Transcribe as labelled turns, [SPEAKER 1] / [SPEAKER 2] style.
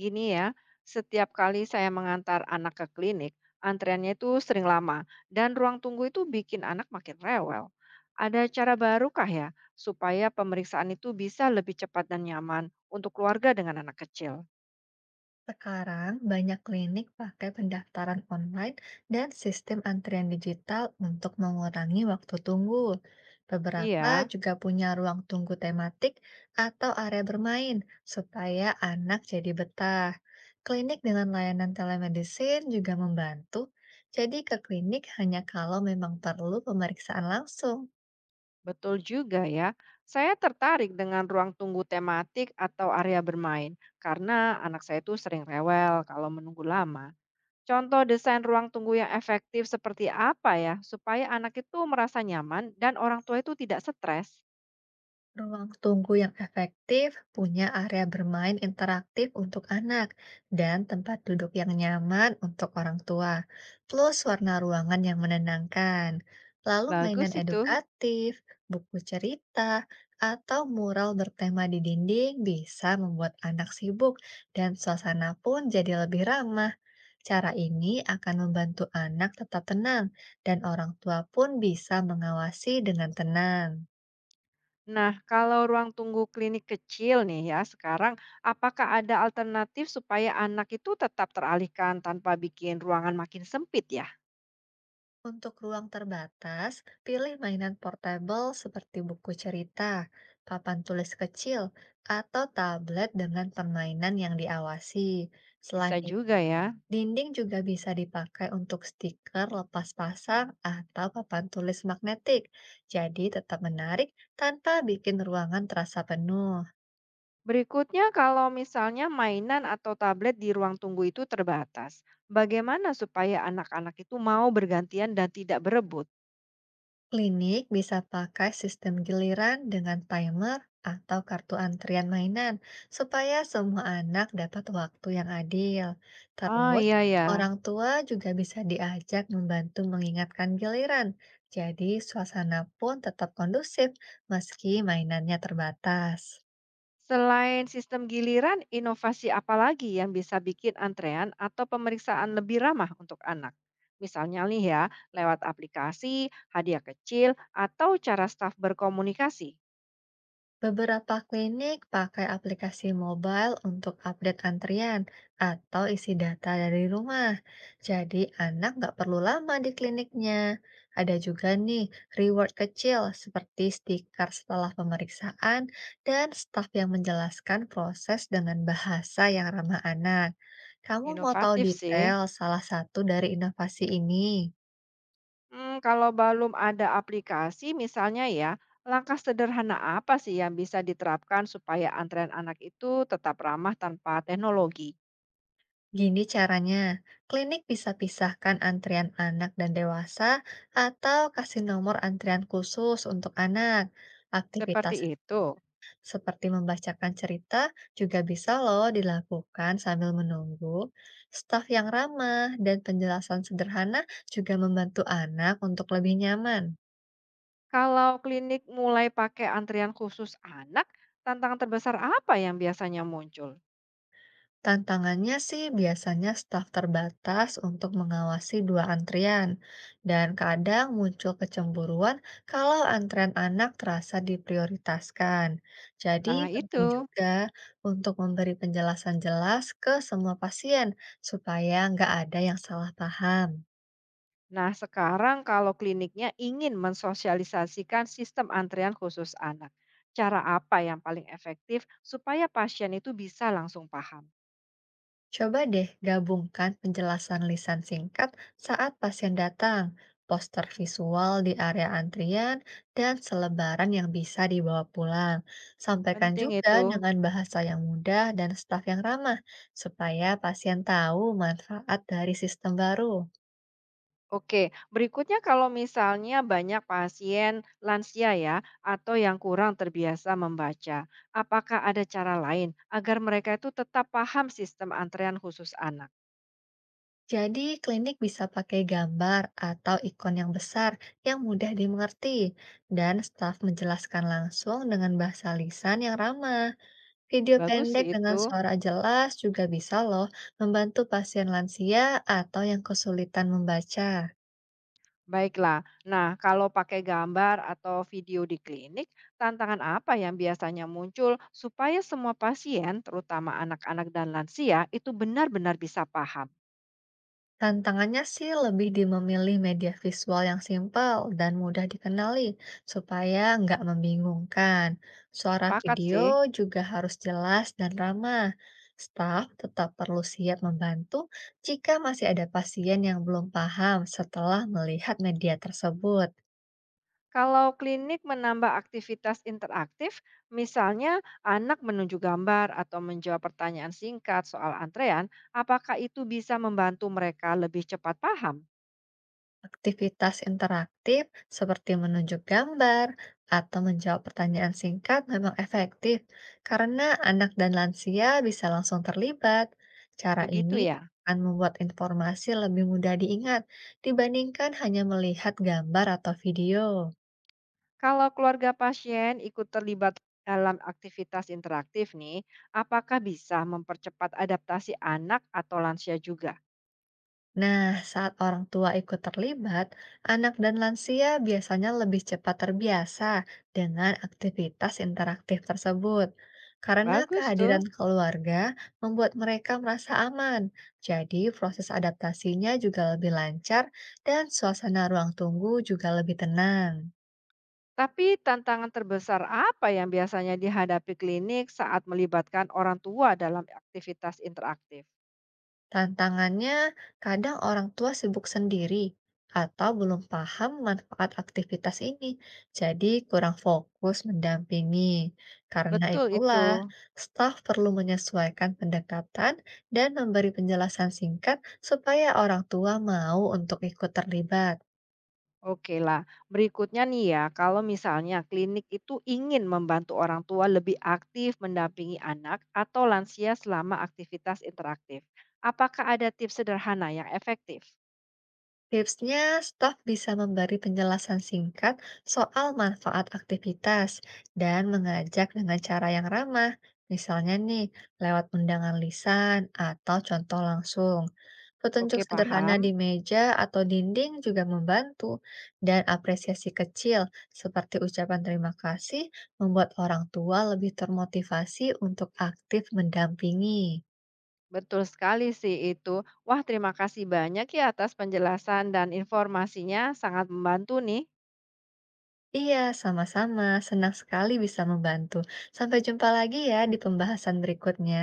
[SPEAKER 1] Gini ya, setiap kali saya mengantar anak ke klinik, antreannya itu sering lama dan ruang tunggu itu bikin anak makin rewel. Ada cara barukah ya supaya pemeriksaan itu bisa lebih cepat dan nyaman untuk keluarga dengan anak kecil?
[SPEAKER 2] Sekarang banyak klinik pakai pendaftaran online dan sistem antrian digital untuk mengurangi waktu tunggu. Beberapa
[SPEAKER 1] Iya,
[SPEAKER 2] juga punya ruang tunggu tematik atau area bermain supaya anak jadi betah. Klinik dengan layanan telemedicine juga membantu. Jadi ke klinik hanya kalau memang perlu pemeriksaan langsung.
[SPEAKER 1] betul juga ya. Saya tertarik dengan ruang tunggu tematik atau area bermain karena anak saya itu sering rewel kalau menunggu lama. Contoh desain ruang tunggu yang efektif seperti apa ya, supaya anak itu merasa nyaman dan orang tua itu tidak stres?
[SPEAKER 2] Ruang tunggu yang efektif punya area bermain interaktif untuk anak dan tempat duduk yang nyaman untuk orang tua, plus warna ruangan yang menenangkan. Lalu
[SPEAKER 1] Bagus
[SPEAKER 2] mainan
[SPEAKER 1] itu.
[SPEAKER 2] edukatif, buku cerita, atau mural bertema di dinding bisa membuat anak sibuk dan suasana pun jadi lebih ramah. Cara ini akan membantu anak tetap tenang dan orang tua pun bisa mengawasi dengan tenang.
[SPEAKER 1] Nah, kalau ruang tunggu klinik kecil nih ya sekarang, apakah ada alternatif supaya anak itu tetap teralihkan tanpa bikin ruangan makin sempit ya?
[SPEAKER 2] Untuk ruang terbatas, pilih mainan portable seperti buku cerita, papan tulis kecil, atau tablet dengan permainan yang diawasi.
[SPEAKER 1] Bisa
[SPEAKER 2] Selain itu,
[SPEAKER 1] juga ya.
[SPEAKER 2] dinding juga bisa dipakai untuk stiker lepas pasang atau papan tulis magnetik. Jadi tetap menarik tanpa bikin ruangan terasa penuh.
[SPEAKER 1] Berikutnya, kalau misalnya mainan atau tablet di ruang tunggu itu terbatas, bagaimana supaya anak-anak itu mau bergantian dan tidak berebut?
[SPEAKER 2] Klinik bisa pakai sistem giliran dengan timer atau kartu antrian mainan supaya semua anak dapat waktu yang adil.
[SPEAKER 1] Ah,
[SPEAKER 2] Terus,
[SPEAKER 1] iya ya.
[SPEAKER 2] orang tua juga bisa diajak membantu mengingatkan giliran. Jadi, suasana pun tetap kondusif meski mainannya terbatas.
[SPEAKER 1] Selain sistem giliran, inovasi apa lagi yang bisa bikin antrean atau pemeriksaan lebih ramah untuk anak? Misalnya nih ya, lewat aplikasi, hadiah kecil, atau cara staf berkomunikasi.
[SPEAKER 2] Beberapa klinik pakai aplikasi mobile untuk update antrian atau isi data dari rumah. Jadi anak nggak perlu lama di kliniknya. Ada juga nih reward kecil seperti stiker setelah pemeriksaan dan staf yang menjelaskan proses dengan bahasa yang ramah anak. Kamu mau tahu
[SPEAKER 1] Inovatif sih.
[SPEAKER 2] detail salah satu dari inovasi ini?
[SPEAKER 1] Hmm, kalau belum ada aplikasi misalnya ya, langkah sederhana apa sih yang bisa diterapkan supaya antrean anak itu tetap ramah tanpa teknologi?
[SPEAKER 2] Gini caranya, klinik bisa pisahkan antrian anak dan dewasa atau kasih nomor antrian khusus untuk anak. Aktivitas
[SPEAKER 1] Seperti itu.
[SPEAKER 2] seperti membacakan cerita juga bisa loh dilakukan sambil menunggu. Staf yang ramah dan penjelasan sederhana juga membantu anak untuk lebih nyaman.
[SPEAKER 1] Kalau klinik mulai pakai antrian khusus anak, tantangan terbesar apa yang biasanya muncul?
[SPEAKER 2] Tantangannya sih biasanya staf terbatas untuk mengawasi dua antrian, dan kadang muncul kecemburuan kalau antrean anak terasa diprioritaskan. Jadi
[SPEAKER 1] Nah,
[SPEAKER 2] penting
[SPEAKER 1] itu.
[SPEAKER 2] juga untuk memberi penjelasan jelas ke semua pasien supaya nggak ada yang salah paham.
[SPEAKER 1] Nah, sekarang kalau kliniknya ingin mensosialisasikan sistem antrian khusus anak, cara apa yang paling efektif supaya pasien itu bisa langsung paham?
[SPEAKER 2] Coba deh gabungkan penjelasan lisan singkat saat pasien datang, poster visual di area antrian, dan selebaran yang bisa dibawa pulang. Sampaikan
[SPEAKER 1] Penting
[SPEAKER 2] juga
[SPEAKER 1] itu.
[SPEAKER 2] dengan bahasa yang mudah dan staf yang ramah, supaya pasien tahu manfaat dari sistem baru.
[SPEAKER 1] Oke, berikutnya kalau misalnya banyak pasien lansia ya, atau yang kurang terbiasa membaca, apakah ada cara lain agar mereka itu tetap paham sistem antrean khusus anak?
[SPEAKER 2] Jadi, klinik bisa pakai gambar atau ikon yang besar yang mudah dimengerti, dan staf menjelaskan langsung dengan bahasa lisan yang ramah. Video
[SPEAKER 1] Bagus
[SPEAKER 2] pendek
[SPEAKER 1] sih
[SPEAKER 2] dengan
[SPEAKER 1] itu.
[SPEAKER 2] suara jelas juga bisa loh membantu pasien lansia atau yang kesulitan membaca.
[SPEAKER 1] Baiklah, nah kalau pakai gambar atau video di klinik, tantangan apa yang biasanya muncul supaya semua pasien, terutama anak-anak dan lansia, itu benar-benar bisa paham?
[SPEAKER 2] Tantangannya sih lebih di memilih media visual yang simpel dan mudah dikenali supaya nggak membingungkan. Suara
[SPEAKER 1] Sepakat
[SPEAKER 2] video
[SPEAKER 1] sih.
[SPEAKER 2] juga harus jelas dan ramah. Staf tetap perlu siap membantu jika masih ada pasien yang belum paham setelah melihat media tersebut.
[SPEAKER 1] Kalau klinik menambah aktivitas interaktif, misalnya anak menunjuk gambar atau menjawab pertanyaan singkat soal antrean, apakah itu bisa membantu mereka lebih cepat paham?
[SPEAKER 2] Aktivitas interaktif seperti menunjuk gambar atau menjawab pertanyaan singkat memang efektif karena anak dan lansia bisa langsung terlibat. Cara
[SPEAKER 1] Begitu
[SPEAKER 2] ini
[SPEAKER 1] ya.
[SPEAKER 2] akan membuat informasi lebih mudah diingat dibandingkan hanya melihat gambar atau video.
[SPEAKER 1] Kalau keluarga pasien ikut terlibat dalam aktivitas interaktif nih, apakah bisa mempercepat adaptasi anak atau lansia juga?
[SPEAKER 2] Nah, saat orang tua ikut terlibat, anak dan lansia biasanya lebih cepat terbiasa dengan aktivitas interaktif tersebut. Karena
[SPEAKER 1] Bagus
[SPEAKER 2] kehadiran
[SPEAKER 1] tuh.
[SPEAKER 2] keluarga membuat mereka merasa aman, jadi proses adaptasinya juga lebih lancar dan suasana ruang tunggu juga lebih tenang.
[SPEAKER 1] Tapi tantangan terbesar apa yang biasanya dihadapi klinik saat melibatkan orang tua dalam aktivitas interaktif?
[SPEAKER 2] Tantangannya, kadang orang tua sibuk sendiri atau belum paham manfaat aktivitas ini, jadi kurang fokus mendampingi. Karena
[SPEAKER 1] Betul itu.
[SPEAKER 2] itulah, staf perlu menyesuaikan pendekatan dan memberi penjelasan singkat supaya orang tua mau untuk ikut terlibat.
[SPEAKER 1] Oke lah. Berikutnya nih ya, kalau misalnya klinik itu ingin membantu orang tua lebih aktif mendampingi anak atau lansia selama aktivitas interaktif, apakah ada tips sederhana yang efektif?
[SPEAKER 2] Tipsnya, staf bisa memberi penjelasan singkat soal manfaat aktivitas dan mengajak dengan cara yang ramah, misalnya nih lewat undangan lisan atau contoh langsung. Petunjuk
[SPEAKER 1] Oke,
[SPEAKER 2] sederhana di
[SPEAKER 1] paham.
[SPEAKER 2] meja atau dinding juga membantu, dan apresiasi kecil seperti ucapan terima kasih membuat orang tua lebih termotivasi untuk aktif mendampingi.
[SPEAKER 1] Betul sekali sih itu. Wah, terima kasih banyak ya atas penjelasan dan informasinya, sangat membantu nih.
[SPEAKER 2] Iya, sama-sama. Senang sekali bisa membantu. Sampai jumpa lagi ya di pembahasan berikutnya.